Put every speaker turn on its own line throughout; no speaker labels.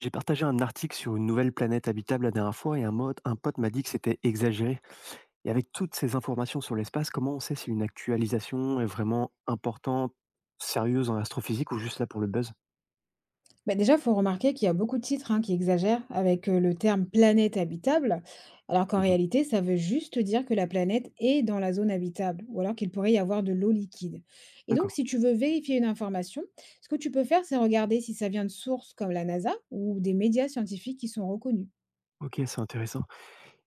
J'ai partagé un article sur une nouvelle planète habitable la dernière fois et un pote m'a dit que c'était exagéré. Et avec toutes ces informations sur l'espace, comment on sait si une actualisation est vraiment importante, sérieuse en astrophysique ou juste là pour le buzz?
Bah, déjà, il faut remarquer qu'il y a beaucoup de titres hein, qui exagèrent avec le terme planète habitable, alors qu'en
Mhm.
réalité, ça veut juste dire que la planète est dans la zone habitable, ou alors qu'il pourrait y avoir de l'eau liquide. Et
D'accord,
donc, si tu veux vérifier une information, ce que tu peux faire, c'est regarder si ça vient de sources comme la NASA ou des médias scientifiques qui sont reconnus.
ok, c'est intéressant.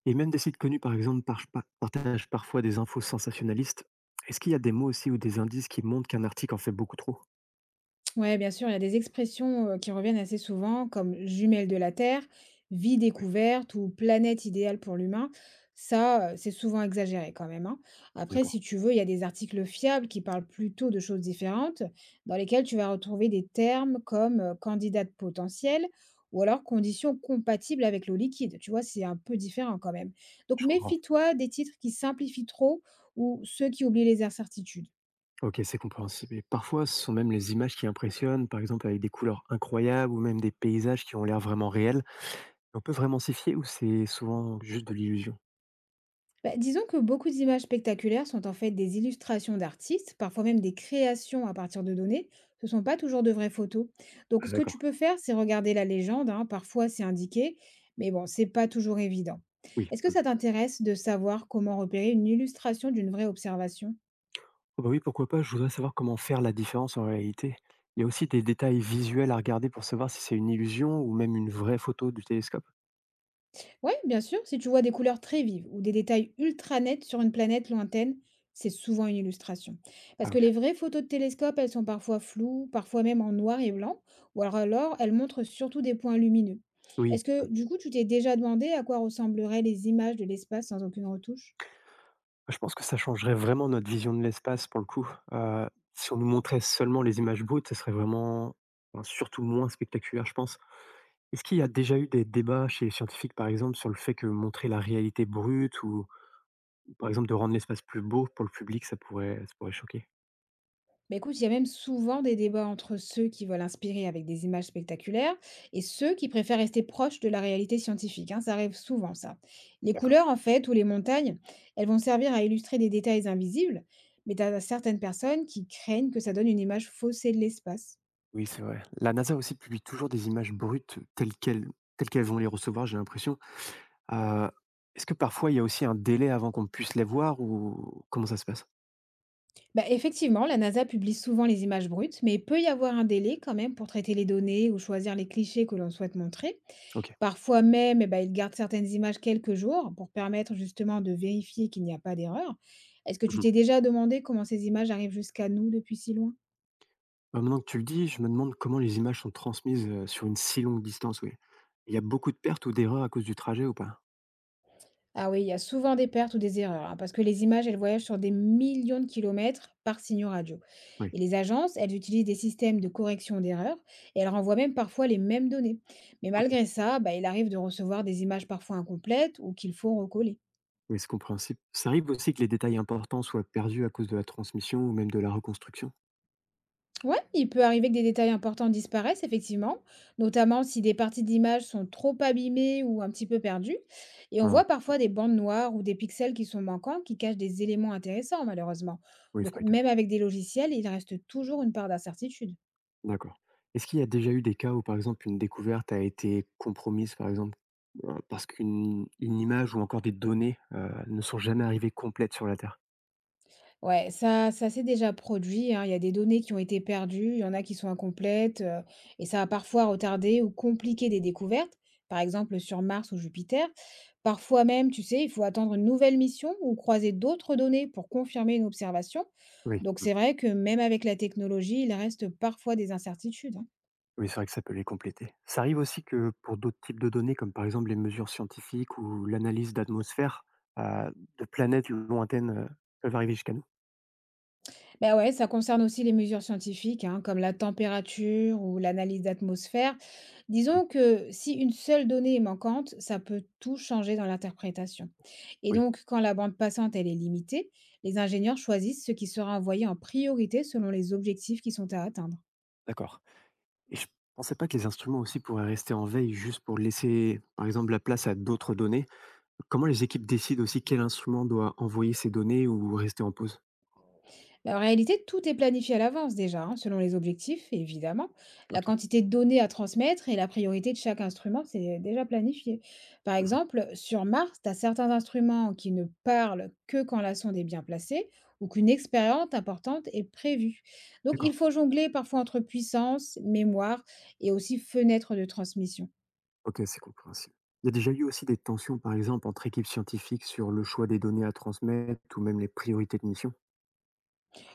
Et même des sites connus, par exemple, partagent parfois des infos sensationnalistes. Est-ce qu'il y a des mots aussi ou des indices qui montrent qu'un article en fait beaucoup trop?
Ouais, bien sûr, il y a des expressions qui reviennent assez souvent, comme jumelle de la Terre, vie
Oui,
découverte ou planète idéale pour l'humain. Ça, c'est souvent exagéré quand même, hein. Après,
d'accord,
si tu veux, il y a des articles fiables qui parlent plutôt de choses différentes, dans lesquels tu vas retrouver des termes comme candidate potentielle ou alors conditions compatibles avec l'eau liquide. Tu vois, c'est un peu différent quand même. Donc,
je comprends.
méfie-toi des titres qui simplifient trop ou ceux qui oublient les incertitudes.
OK, c'est compréhensible. Et parfois, ce sont même les images qui impressionnent, par exemple avec des couleurs incroyables ou même des paysages qui ont l'air vraiment réels. On peut vraiment s'y fier ou c'est souvent juste de l'illusion?
Bah, disons que beaucoup d'images spectaculaires sont en fait des illustrations d'artistes, parfois même des créations à partir de données. Ce ne sont pas toujours de vraies photos. Donc,
Ah
ce que tu
d'accord,
peux faire, c'est regarder la légende, hein. Parfois, c'est indiqué, mais bon, c'est pas toujours évident.
oui.
Est-ce que
Mmh.
ça t'intéresse de savoir comment repérer une illustration d'une vraie observation?
Oh bah, oui, pourquoi pas, je voudrais savoir comment faire la différence en réalité. Il y a aussi des détails visuels à regarder pour savoir si c'est une illusion ou même une vraie photo du télescope?
Ouais, bien sûr, si tu vois des couleurs très vives ou des détails ultra nets sur une planète lointaine, c'est souvent une illustration. Parce
Ah
que
OK.
les vraies photos de télescope, elles sont parfois floues, parfois même en noir et blanc, ou alors elles montrent surtout des points lumineux.
Oui,
Est-ce que du coup, tu t'es déjà demandé à quoi ressembleraient les images de l'espace sans aucune retouche?
je pense que ça changerait vraiment notre vision de l'espace pour le coup. Si on nous montrait seulement les images brutes, ça serait vraiment, enfin, surtout moins spectaculaire, je pense. Est-ce qu'il y a déjà eu des débats chez les scientifiques, par exemple, sur le fait que montrer la réalité brute ou, par exemple, de rendre l'espace plus beau pour le public, ça pourrait choquer?
Bah, écoute, il y a même souvent des débats entre ceux qui veulent inspirer avec des images spectaculaires et ceux qui préfèrent rester proches de la réalité scientifique, hein, ça arrive souvent, ça. Les
D'accord.
couleurs, en fait, ou les montagnes, elles vont servir à illustrer des détails invisibles, mais tu as certaines personnes qui craignent que ça donne une image faussée de l'espace.
Oui, c'est vrai. La NASA aussi publie toujours des images brutes telles qu'elles vont les recevoir, j'ai l'impression. Euh, Est-ce que parfois il y a aussi un délai avant qu'on puisse les voir ou comment ça se passe?
Bah, effectivement, la NASA publie souvent les images brutes, mais il peut y avoir un délai quand même pour traiter les données ou choisir les clichés que l'on souhaite montrer.
Ok.
Parfois même, eh ben, ils gardent certaines images quelques jours pour permettre justement de vérifier qu'il n'y a pas d'erreur. Est-ce que tu
Mhm.
t'es déjà demandé comment ces images arrivent jusqu'à nous depuis si loin?
Bah, maintenant que tu le dis, je me demande comment les images sont transmises sur une si longue distance. Oui. Il y a beaucoup de pertes ou d'erreurs à cause du trajet ou pas?
Ah oui, il y a souvent des pertes ou des erreurs, hein, parce que les images, elles voyagent sur des millions de kilomètres par signaux radio.
Oui.
Et les agences, elles utilisent des systèmes de correction d'erreurs et elles renvoient même parfois les mêmes données. Mais
Ok.
malgré ça, bah, il arrive de recevoir des images parfois incomplètes ou qu'il faut recoller.
Oui, c'est compréhensible. Ça arrive aussi que les détails importants soient perdus à cause de la transmission ou même de la reconstruction?
Ouais, il peut arriver que des détails importants disparaissent, effectivement, notamment si des parties d'image sont trop abîmées ou un petit peu perdues. Et on
Ah,
voit parfois des bandes noires ou des pixels qui sont manquants, qui cachent des éléments intéressants, malheureusement.
oui, il
Donc,
faudrait que-
même avec des logiciels, il reste toujours une part d'incertitude.
D'accord. Est-ce qu'il y a déjà eu des cas où, par exemple, une découverte a été compromise, par exemple, parce qu'une une image ou encore des données ne sont jamais arrivées complètes sur la Terre?
Ouais, ça s'est déjà produit, hein. Il y a des données qui ont été perdues, il y en a qui sont incomplètes, et ça a parfois retardé ou compliqué des découvertes, par exemple sur Mars ou Jupiter. Parfois même, tu sais, il faut attendre une nouvelle mission ou croiser d'autres données pour confirmer une observation.
Oui,
Donc
mm.
c'est vrai que même avec la technologie, il reste parfois des incertitudes, hein.
Oui, c'est vrai que ça peut les compléter. Ça arrive aussi que pour d'autres types de données, comme par exemple les mesures scientifiques ou l'analyse d'atmosphère, euh, de planètes lointaines peuvent arriver jusqu'à nous.
Ben ouais, ça concerne aussi les mesures scientifiques, hein, comme la température ou l'analyse d'atmosphère.
Mhm.
Disons que si une seule donnée est manquante, ça peut tout changer dans l'interprétation. Et
Oui,
donc, quand la bande passante elle est limitée, les ingénieurs choisissent ce qui sera envoyé en priorité selon les objectifs qui sont à atteindre.
d'accord. Et je pensais pas que les instruments aussi pourraient rester en veille juste pour laisser, par exemple, la place à d'autres données. Comment les équipes décident aussi quel instrument doit envoyer ces données ou rester en pause?
Bah, en réalité, tout est planifié à l'avance déjà, hein, selon les objectifs, évidemment. La
Ok.
quantité de données à transmettre et la priorité de chaque instrument, c'est déjà planifié. Par
Mhm.
exemple, sur Mars, tu as certains instruments qui ne parlent que quand la sonde est bien placée ou qu'une expérience importante est prévue. Donc,
D'accord.
il faut jongler parfois entre puissance, mémoire et aussi fenêtre de transmission.
Ok, c'est compréhensible. Il y a déjà eu aussi des tensions, par exemple, entre équipes scientifiques sur le choix des données à transmettre ou même les priorités de mission?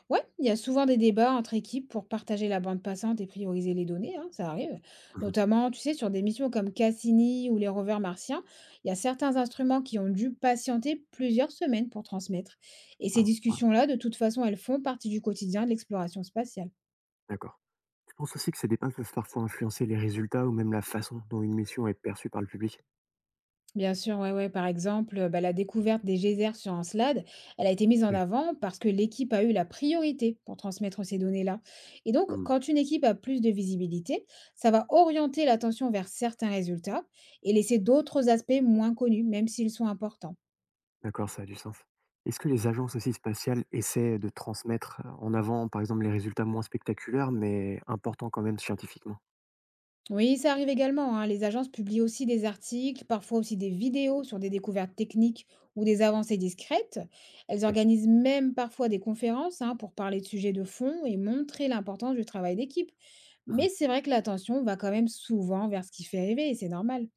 Ouais, il y a souvent des débats entre équipes pour partager la bande passante et prioriser les données, hein, ça arrive.
Mhm.
Notamment, tu sais, sur des missions comme Cassini ou les rovers martiens, il y a certains instruments qui ont dû patienter plusieurs semaines pour transmettre. Et ces
Wow, wow.
discussions-là, de toute façon, elles font partie du quotidien de l'exploration spatiale.
D'accord. Je pense aussi que ces débats peuvent parfois influencer les résultats ou même la façon dont une mission est perçue par le public.
Bien sûr, ouais, ouais. Par exemple, bah, la découverte des geysers sur Encelade, elle a été mise en
Oui.
avant parce que l'équipe a eu la priorité pour transmettre ces données-là. Et donc, quand une équipe a plus de visibilité, ça va orienter l'attention vers certains résultats et laisser d'autres aspects moins connus, même s'ils sont importants.
D'accord, ça a du sens. Est-ce que les agences aussi spatiales essaient de transmettre en avant, par exemple, les résultats moins spectaculaires, mais importants quand même scientifiquement?
Oui, ça arrive également, hein. Les agences publient aussi des articles, parfois aussi des vidéos sur des découvertes techniques ou des avancées discrètes. Elles
Oui.
organisent même parfois des conférences hein, pour parler de sujets de fond et montrer l'importance du travail d'équipe.
Mhm.
Mais c'est vrai que l'attention va quand même souvent vers ce qui fait rêver et c'est normal.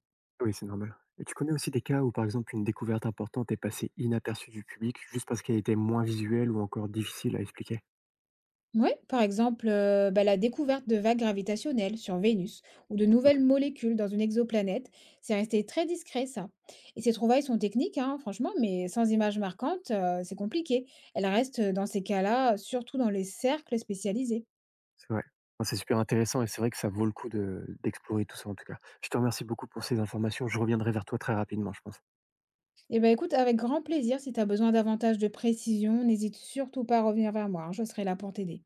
Oui, c'est normal. Et tu connais aussi des cas où, par exemple, une découverte importante est passée inaperçue du public juste parce qu'elle était moins visuelle ou encore difficile à expliquer?
Oui, par exemple, bah, la découverte de vagues gravitationnelles sur Vénus ou de
Ok,
nouvelles molécules dans une exoplanète, c'est resté très discret ça. Et ces trouvailles sont techniques, hein, franchement, mais sans images marquantes, c'est compliqué. Elles restent dans ces cas-là, surtout dans les cercles spécialisés.
c'est vrai. Enfin, c'est super intéressant et c'est vrai que ça vaut le coup d'explorer tout ça en tout cas. Je te remercie beaucoup pour ces informations. Je reviendrai vers toi très rapidement, je pense.
Et ben écoute, avec grand plaisir, si tu as besoin davantage de précision, n'hésite surtout pas à revenir vers moi, hein, je serai là pour t'aider.